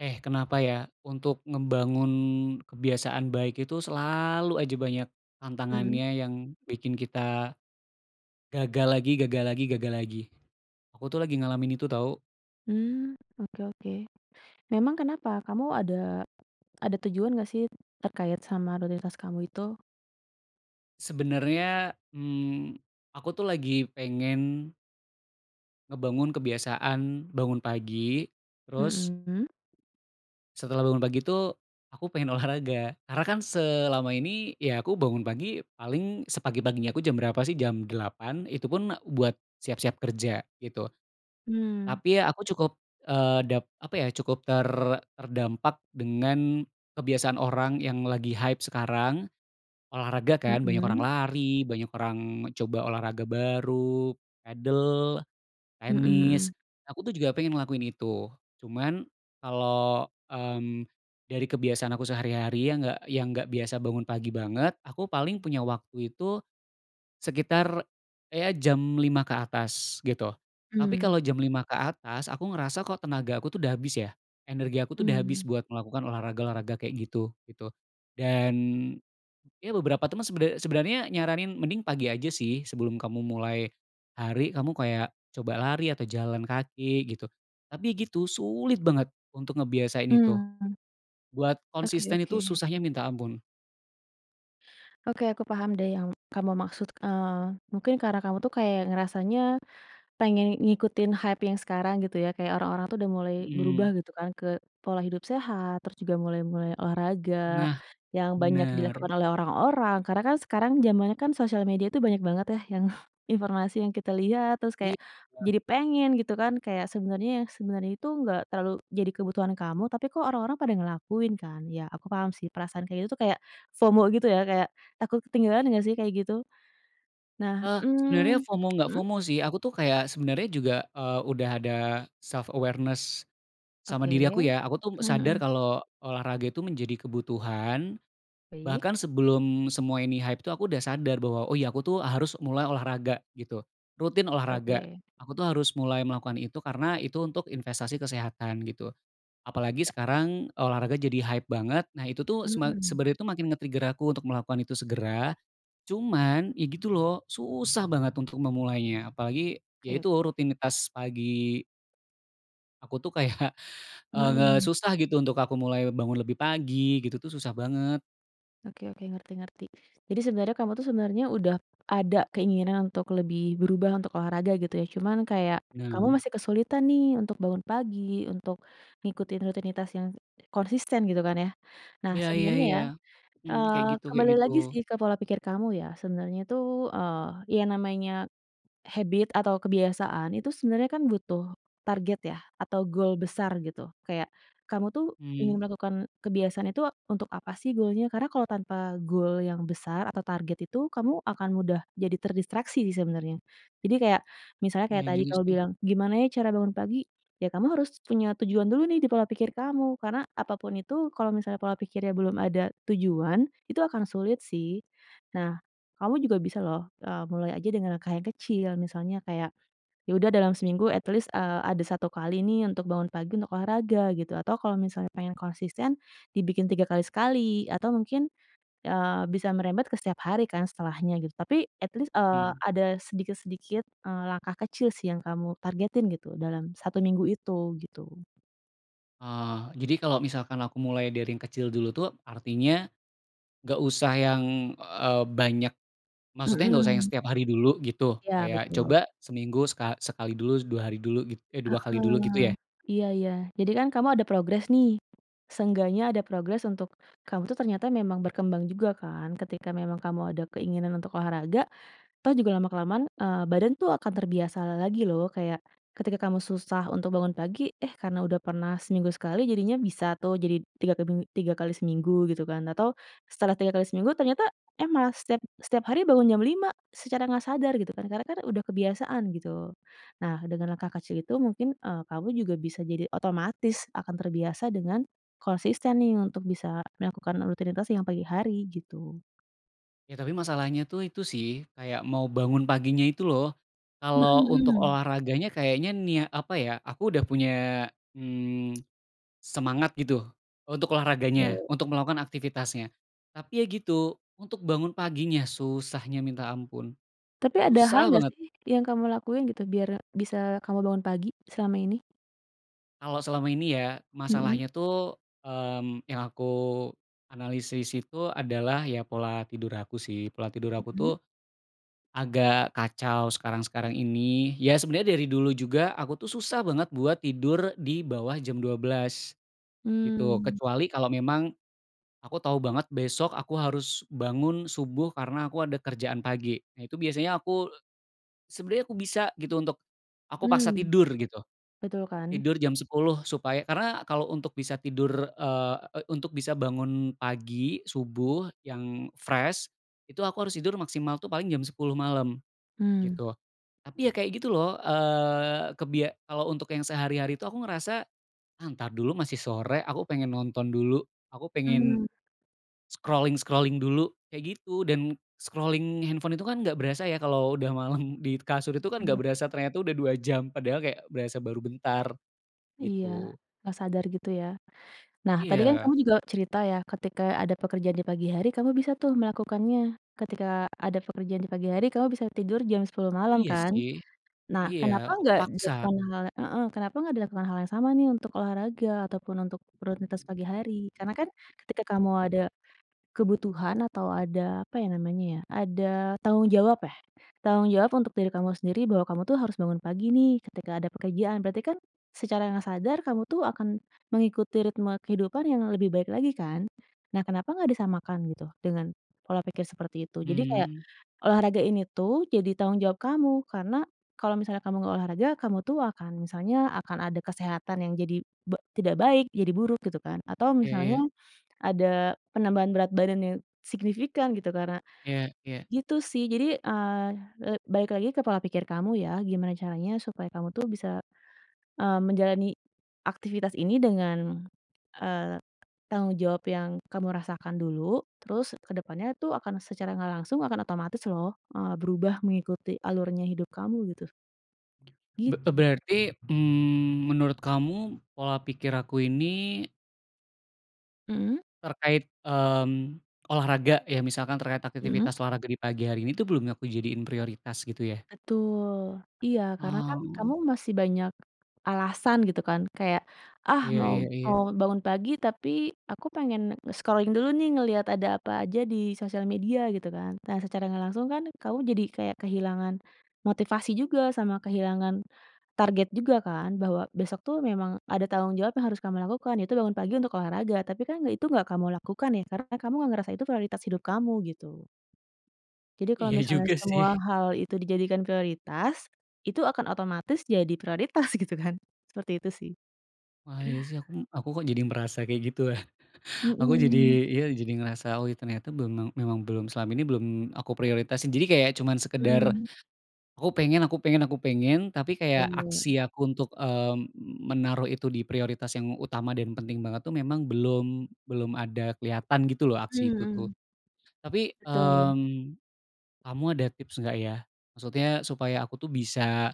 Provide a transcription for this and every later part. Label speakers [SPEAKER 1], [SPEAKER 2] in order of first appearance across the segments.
[SPEAKER 1] Kenapa ya, untuk ngebangun kebiasaan baik itu selalu aja banyak
[SPEAKER 2] Mhm,
[SPEAKER 1] tantangannya yang bikin kita gagal lagi gagal lagi gagal lagi. Aku tuh lagi ngalamin itu tau.
[SPEAKER 2] mmm, oke oke. Memang kenapa? Kamu ada tujuan nggak sih terkait sama rutinitas kamu itu?
[SPEAKER 1] Sebenarnya, aku tuh lagi pengen ngebangun kebiasaan bangun pagi, terus
[SPEAKER 2] Mhm,
[SPEAKER 1] setelah bangun pagi tuh, aku pengen olahraga. Karena kan selama ini ya aku bangun pagi paling sepagi-paginya aku jam berapa sih, jam delapan. Itu pun buat siap-siap kerja gitu.
[SPEAKER 2] mmm,
[SPEAKER 1] Tapi aku cukup, eee, dap apa ya, cukup terdampak dengan kebiasaan orang yang lagi hype sekarang, olahraga kan, banyak orang
[SPEAKER 2] mhm,
[SPEAKER 1] lari, banyak orang coba olahraga baru, padel,
[SPEAKER 2] mhm
[SPEAKER 1] tenis.
[SPEAKER 2] mhm,
[SPEAKER 1] Aku tuh juga pengen ngelakuin itu, cuman kalau, dari kebiasaan aku sehari-hari yang nggak biasa bangun pagi banget, aku paling punya waktu itu sekitar, ya jam 5 ke atas gitu. Tapi
[SPEAKER 2] mmm,
[SPEAKER 1] kalau jam 5 ke atas aku ngerasa kok tenaga aku tuh udah habis ya, energi aku tuh udah habis
[SPEAKER 2] mmm,
[SPEAKER 1] buat melakukan olahraga-olahraga kayak gitu, gitu. Dan ya beberapa teman sebenarnya nyaranin mending pagi aja sih sebelum kamu mulai hari, kamu kayak coba lari atau jalan kaki gitu. Tapi gitu sulit banget untuk ngebiasain itu.
[SPEAKER 2] mmm,
[SPEAKER 1] Buat
[SPEAKER 2] oke
[SPEAKER 1] konsisten
[SPEAKER 2] oke.
[SPEAKER 1] itu susahnya minta ampun.
[SPEAKER 2] Oke, aku paham deh yang kamu maksud, mungkin karena kamu tuh kayak ngerasanya pengen ngikutin hype yang sekarang gitu ya, kayak orang-orang tuh udah mulai berubah
[SPEAKER 1] Mhm.
[SPEAKER 2] gitu kan ke pola hidup sehat, terus juga mulai-mulai olahraga,
[SPEAKER 1] Nah
[SPEAKER 2] yang banyak
[SPEAKER 1] bener.
[SPEAKER 2] dilakukan oleh orang-orang. Karena kan sekarang zamannya kan sosial media tuh banyak banget ya yang informasi yang kita lihat, terus kayak
[SPEAKER 1] Iya.
[SPEAKER 2] jadi pengen gitu kan, kayak sebenarnya yang sebenarnya itu nggak terlalu jadi kebutuhan kamu, tapi kok orang-orang pada ngelakuin kan. Ya aku paham sih perasaan kayak gitu tuh kayak FOMO gitu ya, kayak takut ketinggalan nggak sih kayak gitu? Nah,
[SPEAKER 1] Eee, sebenarnya
[SPEAKER 2] mmm,
[SPEAKER 1] FOMO nggak
[SPEAKER 2] mhm,
[SPEAKER 1] FOMO sih, aku tuh kayak sebenarnya juga, udah ada self awareness sama
[SPEAKER 2] oke,
[SPEAKER 1] diri aku ya, aku tuh
[SPEAKER 2] mhm
[SPEAKER 1] sadar
[SPEAKER 2] mhm.
[SPEAKER 1] kalau olahraga itu menjadi kebutuhan,
[SPEAKER 2] Baik,
[SPEAKER 1] bahkan sebelum semua ini hype tuh aku udah sadar bahwa, "Oh ya aku tuh harus mulai olahraga," gitu, rutin
[SPEAKER 2] oke oke.
[SPEAKER 1] olahraga. Aku tuh harus mulai melakukan itu karena itu untuk investasi kesehatan gitu. Apalagi sekarang olahraga jadi hype banget, nah itu tuh
[SPEAKER 2] Mmm,
[SPEAKER 1] sebenarnya tuh makin nge-trigger aku untuk melakukan itu segera. Cuman, ya gitu loh, susah banget untuk memulainya, apalagi ya
[SPEAKER 2] oke,
[SPEAKER 1] itu rutinitas pagi aku tuh kayak,
[SPEAKER 2] mhm,
[SPEAKER 1] susah gitu untuk aku mulai bangun lebih pagi gitu tuh susah banget.
[SPEAKER 2] oke oke, ngerti ngerti. Jadi sebenarnya kamu tuh sebenarnya udah ada keinginan untuk lebih berubah untuk olahraga gitu ya, cuman kayak kamu
[SPEAKER 1] Nah
[SPEAKER 2] masih kesulitan nih untuk bangun pagi, untuk ngikutin rutinitas yang konsisten gitu kan ya. Nah
[SPEAKER 1] iya iya
[SPEAKER 2] sebenarnya
[SPEAKER 1] iya,
[SPEAKER 2] ya,
[SPEAKER 1] mhm, kayak
[SPEAKER 2] kembali
[SPEAKER 1] gitu,
[SPEAKER 2] lagi sih ke pola pikir kamu ya, sebenarnya tuh, yang namanya habit atau kebiasaan itu sebenarnya kan butuh target ya atau goal besar gitu. Kayak kamu tuh ingin
[SPEAKER 1] mhm,
[SPEAKER 2] melakukan kebiasaan itu untuk apa sih goalnya? Karena kalau tanpa goal yang besar atau target itu kamu akan mudah jadi terdistraksi sih sebenarnya. Jadi kayak misalnya
[SPEAKER 1] iya
[SPEAKER 2] kayak tadi
[SPEAKER 1] juga
[SPEAKER 2] kamu
[SPEAKER 1] sih,
[SPEAKER 2] bilang, "Gimana ya cara bangun pagi?" Ya kamu harus punya tujuan dulu nih di pola pikir kamu, karena apapun itu kalau misalnya pola pikirnya belum ada tujuan, itu akan sulit sih. Nah kamu juga bisa loh, mulai aja dengan langkah yang kecil, misalnya kayak, ya udah dalam seminggu at least, ada 1 kali nih untuk bangun pagi untuk olahraga gitu, atau kalau misalnya pengen konsisten, dibikin 3 kali sekali, atau mungkin, bisa merembet ke setiap hari kan setelahnya gitu. Tapi at least,
[SPEAKER 1] mhm,
[SPEAKER 2] ada sedikit-sedikit, langkah kecil sih yang kamu targetin gitu dalam 1 minggu itu, gitu.
[SPEAKER 1] oh, jadi kalau misalkan aku mulai dari yang kecil dulu tuh artinya nggak usah yang, banyak maksudnya nggak usah yang
[SPEAKER 2] Mhm.
[SPEAKER 1] setiap hari dulu gitu,
[SPEAKER 2] Iya,
[SPEAKER 1] kayak
[SPEAKER 2] betul.
[SPEAKER 1] coba seminggu sekali dulu, 2 hari dulu 2 kali dulu gitu
[SPEAKER 2] Heeh,
[SPEAKER 1] ya?
[SPEAKER 2] iya iya. Jadi kan kamu ada progres nih, seenggaknya ada progres untuk kamu tuh ternyata memang berkembang juga kan, ketika memang kamu ada keinginan untuk olahraga, toh juga lama-kelamaan, badan tuh akan terbiasa lagi loh, kayak ketika kamu susah untuk bangun pagi, eh, karena udah pernah seminggu sekali jadinya bisa tuh jadi 3 kebing 3 kali seminggu gitu kan, atau setelah 3 kali seminggu ternyata, eh, malah setiap setiap hari bangun jam 5 secara nggak sadar gitu kan, karena kan udah kebiasaan gitu. Nah, dengan langkah kecil itu mungkin, kamu juga bisa jadi otomatis akan terbiasa dengan konsisten nih untuk bisa melakukan rutinitas yang pagi hari gitu.
[SPEAKER 1] Ya tapi masalahnya tuh itu sih, kayak mau bangun paginya itu loh.
[SPEAKER 2] Mhm
[SPEAKER 1] Kalau untuk
[SPEAKER 2] mhm.
[SPEAKER 1] olahraganya kayaknya apa ya, aku udah punya, mmm, semangat gitu untuk olahraganya,
[SPEAKER 2] Oke.
[SPEAKER 1] untuk melakukan aktivitasnya. Tapi ya gitu, untuk bangun paginya susahnya minta ampun,
[SPEAKER 2] Tapi ada hal
[SPEAKER 1] susah
[SPEAKER 2] nggak
[SPEAKER 1] banget.
[SPEAKER 2] sih yang kamu lakuin gitu biar bisa kamu bangun pagi selama ini?
[SPEAKER 1] Kalau selama ini ya
[SPEAKER 2] Mhm
[SPEAKER 1] masalahnya tuh, yang aku analisis itu adalah ya pola tidur aku sih, pola tidur aku tuh
[SPEAKER 2] mhm.
[SPEAKER 1] agak kacau sekarang-sekarang ini. Ya sebenarnya dari dulu juga aku tuh susah banget buat tidur di bawah jam 12, gitu.
[SPEAKER 2] Mmm,
[SPEAKER 1] Kecuali kalau memang aku tahu banget besok aku harus bangun subuh karena aku ada kerjaan pagi. Nah itu biasanya aku sebenarnya aku bisa gitu untuk aku paksa
[SPEAKER 2] mmm,
[SPEAKER 1] tidur gitu.
[SPEAKER 2] betul kan?
[SPEAKER 1] Tidur jam 10 supaya karena kalau untuk bisa tidur, eee, e untuk bisa bangun pagi, subuh yang fresh, itu aku harus tidur maksimal tuh paling jam sepuluh malam.
[SPEAKER 2] Mmm,
[SPEAKER 1] Gitu. Tapi ya kayak gitu loh, eee, kebia kalau untuk yang sehari-hari itu aku ngerasa, "Ah, entar dulu masih sore, aku pengen nonton dulu, aku pengen
[SPEAKER 2] mmm,
[SPEAKER 1] scrolling-scrolling dulu," kayak gitu. Dan scrolling handphone itu kan nggak berasa ya kalau udah malam di kasur itu kan nggak
[SPEAKER 2] bener.
[SPEAKER 1] berasa ternyata udah 2 jam, padahal kayak berasa baru bentar,
[SPEAKER 2] Iya,
[SPEAKER 1] gitu.
[SPEAKER 2] nggak sadar gitu ya. Nah tadi kan
[SPEAKER 1] Iya,
[SPEAKER 2] kamu juga cerita ya ketika ada pekerjaan di pagi hari kamu bisa tuh melakukannya, ketika ada pekerjaan di pagi hari kamu bisa tidur jam 10 malam
[SPEAKER 1] iya
[SPEAKER 2] kan?
[SPEAKER 1] sih,
[SPEAKER 2] Nah,
[SPEAKER 1] iya, aku paksa.
[SPEAKER 2] kenapa nggak dilakukan hal yang sama nih untuk olahraga ataupun untuk rutinitas pagi hari? Karena kan ketika kamu ada kebutuhan atau ada, apa ya namanya ya, ada tanggung jawab ya, tanggung jawab untuk diri kamu sendiri bahwa kamu tuh harus bangun pagi nih ketika ada pekerjaan. Berarti kan secara nggak sadar kamu tuh akan mengikuti ritme kehidupan yang lebih baik lagi kan. Nah, kenapa nggak disamakan gitu dengan pola pikir seperti itu? Jadi kayak
[SPEAKER 1] Mmm,
[SPEAKER 2] olahraga ini tuh jadi tanggung jawab kamu karena kalau misalnya kamu nggak olahraga, kamu tuh akan misalnya akan ada kesehatan yang jadi tidak baik, jadi buruk gitu kan. Atau
[SPEAKER 1] iya iya,
[SPEAKER 2] misalnya ada penambahan berat badan yang signifikan gitu karena
[SPEAKER 1] iya iya.
[SPEAKER 2] gitu sih. Jadi, eee, le balik lagi ke pola pikir kamu ya, gimana caranya supaya kamu tuh bisa, menjalani aktivitas ini dengan, eee, tanggung jawab yang kamu rasakan dulu, terus kedepannya tuh akan secara nggak langsung akan otomatis loh, berubah mengikuti alurnya hidup kamu gitu.
[SPEAKER 1] Be
[SPEAKER 2] Gitu.
[SPEAKER 1] berarti, menurut kamu pola pikir aku ini,
[SPEAKER 2] Mhm
[SPEAKER 1] terkait, olahraga ya misalkan terkait
[SPEAKER 2] mhm.
[SPEAKER 1] aktivitas olahraga di pagi hari ini tuh belum aku jadiin prioritas gitu ya?
[SPEAKER 2] Betul, iya karena kan
[SPEAKER 1] Oh,
[SPEAKER 2] kamu masih banyak alasan gitu kan kayak, "Ah
[SPEAKER 1] iya
[SPEAKER 2] mau
[SPEAKER 1] iya iya.
[SPEAKER 2] mau bangun pagi tapi aku pengen scrolling dulu nih ngelihat ada apa aja di sosial media," gitu kan. Nah secara nggak langsung kan kamu jadi kayak kehilangan motivasi juga sama kehilangan target juga kan bahwa besok tuh memang ada tanggung jawab yang harus kamu lakukan yaitu bangun pagi untuk olahraga, tapi kan nggak itu nggak kamu lakukan ya karena kamu nggak ngerasa itu prioritas hidup kamu gitu. Jadi kalau
[SPEAKER 1] Iya
[SPEAKER 2] misalnya
[SPEAKER 1] juga sih.
[SPEAKER 2] semua hal itu dijadikan prioritas, itu akan otomatis jadi prioritas gitu kan, seperti itu sih.
[SPEAKER 1] Wah iya sih aku kok jadi merasa kayak gitu ya? Aku jadi
[SPEAKER 2] Mhm.
[SPEAKER 1] iya jadi ngerasa, "Oh ya ternyata memang memang belum selama ini belum aku prioritasin." Jadi kayak cuman sekedar
[SPEAKER 2] Mhm,
[SPEAKER 1] aku pengen aku pengen aku pengen, tapi kayak
[SPEAKER 2] betul.
[SPEAKER 1] aksi aku untuk, menaruh itu di prioritas yang utama dan penting banget tuh memang belum belum ada kelihatan gitu loh aksi itu tuh.
[SPEAKER 2] Mhm.
[SPEAKER 1] Tapi,
[SPEAKER 2] Betul,
[SPEAKER 1] kamu ada tips nggak ya? Maksudnya supaya aku tuh bisa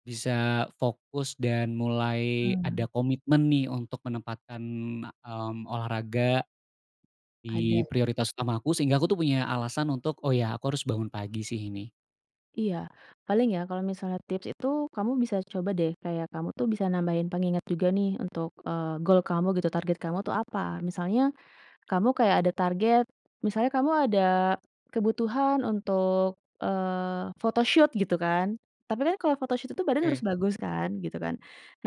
[SPEAKER 1] bisa fokus dan mulai
[SPEAKER 2] mmm,
[SPEAKER 1] ada komitmen nih untuk menempatkan, olahraga di
[SPEAKER 2] ada.
[SPEAKER 1] prioritas utama aku, sehingga aku tuh punya alasan untuk, "Oh ya aku harus bangun pagi sih ini."
[SPEAKER 2] Iya, paling ya kalau misalnya tips itu kamu bisa coba deh kayak kamu tuh bisa nambahin pengingat juga nih untuk, goal kamu gitu, target kamu tuh apa. Misalnya kamu kayak ada target, misalnya kamu ada kebutuhan untuk, photoshoot gitu kan. Tapi kan kalau photoshoot itu badan harus
[SPEAKER 1] Oke,
[SPEAKER 2] bagus kan, gitu kan.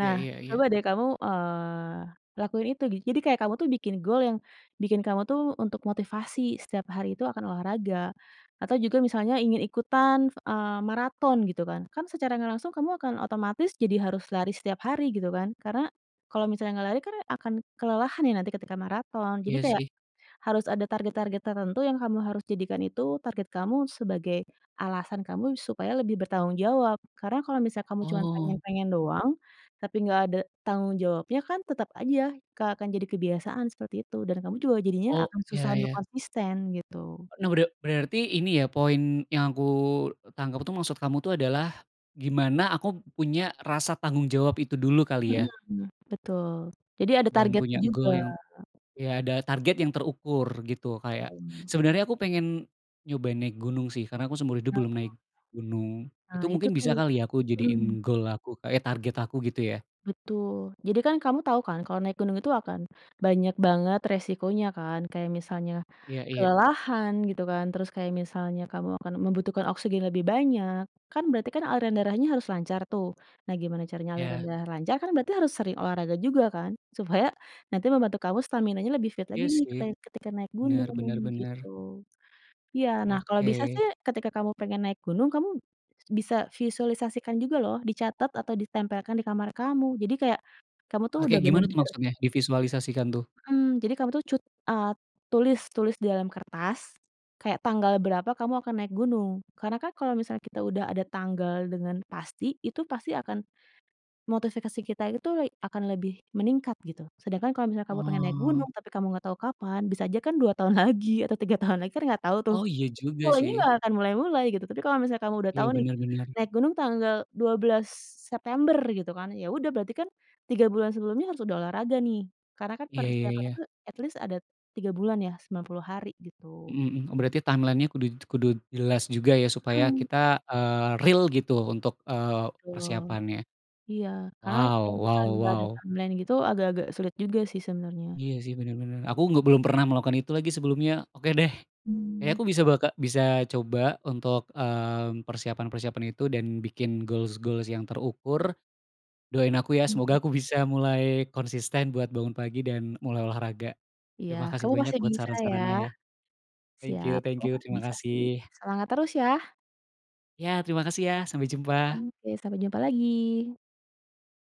[SPEAKER 1] iya iya iya.
[SPEAKER 2] coba deh kamu, lakuin itu jadi kayak kamu tuh bikin goal yang bikin kamu tuh untuk motivasi setiap hari itu akan olahraga. Atau juga misalnya ingin ikutan, maraton gitu kan. Kan secara nggak langsung kamu akan otomatis jadi harus lari setiap hari gitu kan. Karena kalau misalnya nggak lari kan akan kelelahan ya nanti ketika maraton. Jadi
[SPEAKER 1] Iya
[SPEAKER 2] kayak
[SPEAKER 1] sih.
[SPEAKER 2] harus ada target-target tertentu yang kamu harus jadikan itu target kamu sebagai alasan kamu supaya lebih bertanggung jawab. Karena kalau misalnya kamu cuma
[SPEAKER 1] Oh
[SPEAKER 2] pengen-pengen doang, tapi nggak ada tanggung jawabnya kan tetap aja akan jadi kebiasaan seperti itu dan kamu juga jadinya
[SPEAKER 1] oh,
[SPEAKER 2] akan
[SPEAKER 1] iya
[SPEAKER 2] susah untuk
[SPEAKER 1] ya.
[SPEAKER 2] konsisten gitu.
[SPEAKER 1] Nah bera berarti ini ya poin yang aku tangkap tuh maksud kamu tuh adalah, gimana aku punya rasa tanggung jawab itu dulu kali ya?
[SPEAKER 2] Mhm, betul. Jadi ada
[SPEAKER 1] Dan
[SPEAKER 2] targetnya
[SPEAKER 1] punya
[SPEAKER 2] juga
[SPEAKER 1] goal yang ya ada target yang terukur gitu kayak
[SPEAKER 2] tuh.
[SPEAKER 1] sebenarnya aku pengen nyoba naik gunung sih karena aku seumur hidup belum
[SPEAKER 2] Nah,
[SPEAKER 1] naik gunung.
[SPEAKER 2] nah,
[SPEAKER 1] Itu
[SPEAKER 2] itu
[SPEAKER 1] mungkin
[SPEAKER 2] tuh.
[SPEAKER 1] bisa kali ya aku
[SPEAKER 2] Mhm.
[SPEAKER 1] jadiin goal aku kayak target aku gitu ya?
[SPEAKER 2] Betul. Jadi kan kamu tahu kan kalau naik gunung itu akan banyak banget resikonya kan, kayak misalnya
[SPEAKER 1] Iya iya
[SPEAKER 2] kelelahan gitu kan, terus kayak misalnya kamu akan membutuhkan oksigen lebih banyak, kan berarti kan aliran darahnya harus lancar tuh. Nah gimana caranya aliran
[SPEAKER 1] iya.
[SPEAKER 2] darah lancar kan berarti harus sering olahraga juga kan, supaya nanti membantu kamu staminanya lebih fit lagi
[SPEAKER 1] Iya
[SPEAKER 2] nih
[SPEAKER 1] sih,
[SPEAKER 2] ketika ketika naik
[SPEAKER 1] benar
[SPEAKER 2] gunung,
[SPEAKER 1] benar benar.
[SPEAKER 2] gitu. Iya, nah kalau
[SPEAKER 1] Oke.
[SPEAKER 2] bisa sih ketika kamu pengen naik gunung, kamu bisa visualisasikan juga loh, dicatat atau ditempelkan di kamar kamu. Jadi kayak kamu tuh
[SPEAKER 1] Ah,
[SPEAKER 2] udah
[SPEAKER 1] gimana tuh
[SPEAKER 2] bener-bener
[SPEAKER 1] maksudnya divisualisasikan tuh?
[SPEAKER 2] mhm, jadi kamu tuh eee, tulis tulis di dalam kertas, kayak tanggal berapa kamu akan naik gunung. Karena kan kalau misalnya kita udah ada tanggal dengan pasti, itu pasti akan motivasi kita itu akan lebih meningkat gitu. Sedangkan kalau misalnya kamu pengen naik
[SPEAKER 1] Oh.
[SPEAKER 2] gunung, tapi kamu nggak tahu kapan, bisa aja kan 2 tahun lagi atau 3 tahun lagi, kan nggak tahu tuh.
[SPEAKER 1] Oh iya juga
[SPEAKER 2] Mulainya
[SPEAKER 1] sih.
[SPEAKER 2] nggak akan mulai-mulai gitu, tapi kalau misalnya kamu udah
[SPEAKER 1] Iya
[SPEAKER 2] tahu nih,
[SPEAKER 1] benar benar.
[SPEAKER 2] naik gunung tanggal 12 September gitu kan, ya udah berarti kan 3 bulan sebelumnya harus udah olahraga nih, karena kan
[SPEAKER 1] Iya iya
[SPEAKER 2] persiapan
[SPEAKER 1] iya.
[SPEAKER 2] itu at least ada 3 bulan ya, 90 hari gitu.
[SPEAKER 1] Mhm mhm. Oh, berarti timeline-nya kudu kudu jelas juga ya supaya
[SPEAKER 2] Mhm,
[SPEAKER 1] kita, real gitu untuk,
[SPEAKER 2] betul.
[SPEAKER 1] persiapannya.
[SPEAKER 2] Iya, karena
[SPEAKER 1] Wow
[SPEAKER 2] kalau
[SPEAKER 1] wow
[SPEAKER 2] misalnya nggak
[SPEAKER 1] wow.
[SPEAKER 2] ada timeline gitu agak-agak sulit juga sih sebenarnya.
[SPEAKER 1] Iya sih, bener bener. Aku nggak belum pernah melakukan itu lagi sebelumnya. Oke deh, kayaknya
[SPEAKER 2] Mmm,
[SPEAKER 1] aku bisa bisa coba untuk, persiapan-persiapan itu dan bikin goals-goals yang terukur. Doain aku ya,
[SPEAKER 2] mhm.
[SPEAKER 1] semoga aku bisa mulai konsisten buat bangun pagi dan mulai olahraga.
[SPEAKER 2] Iya,
[SPEAKER 1] Terima kasih
[SPEAKER 2] kamu
[SPEAKER 1] banyak
[SPEAKER 2] pasti
[SPEAKER 1] buat
[SPEAKER 2] bisa ya.
[SPEAKER 1] saran-sarannya ya.
[SPEAKER 2] Siap,
[SPEAKER 1] Thank
[SPEAKER 2] kamu
[SPEAKER 1] you,
[SPEAKER 2] pasti
[SPEAKER 1] terima
[SPEAKER 2] bisa sih.
[SPEAKER 1] kasih.
[SPEAKER 2] Semangat terus ya.
[SPEAKER 1] Ya, terima kasih ya, sampai jumpa.
[SPEAKER 2] Oke, sampai jumpa lagi.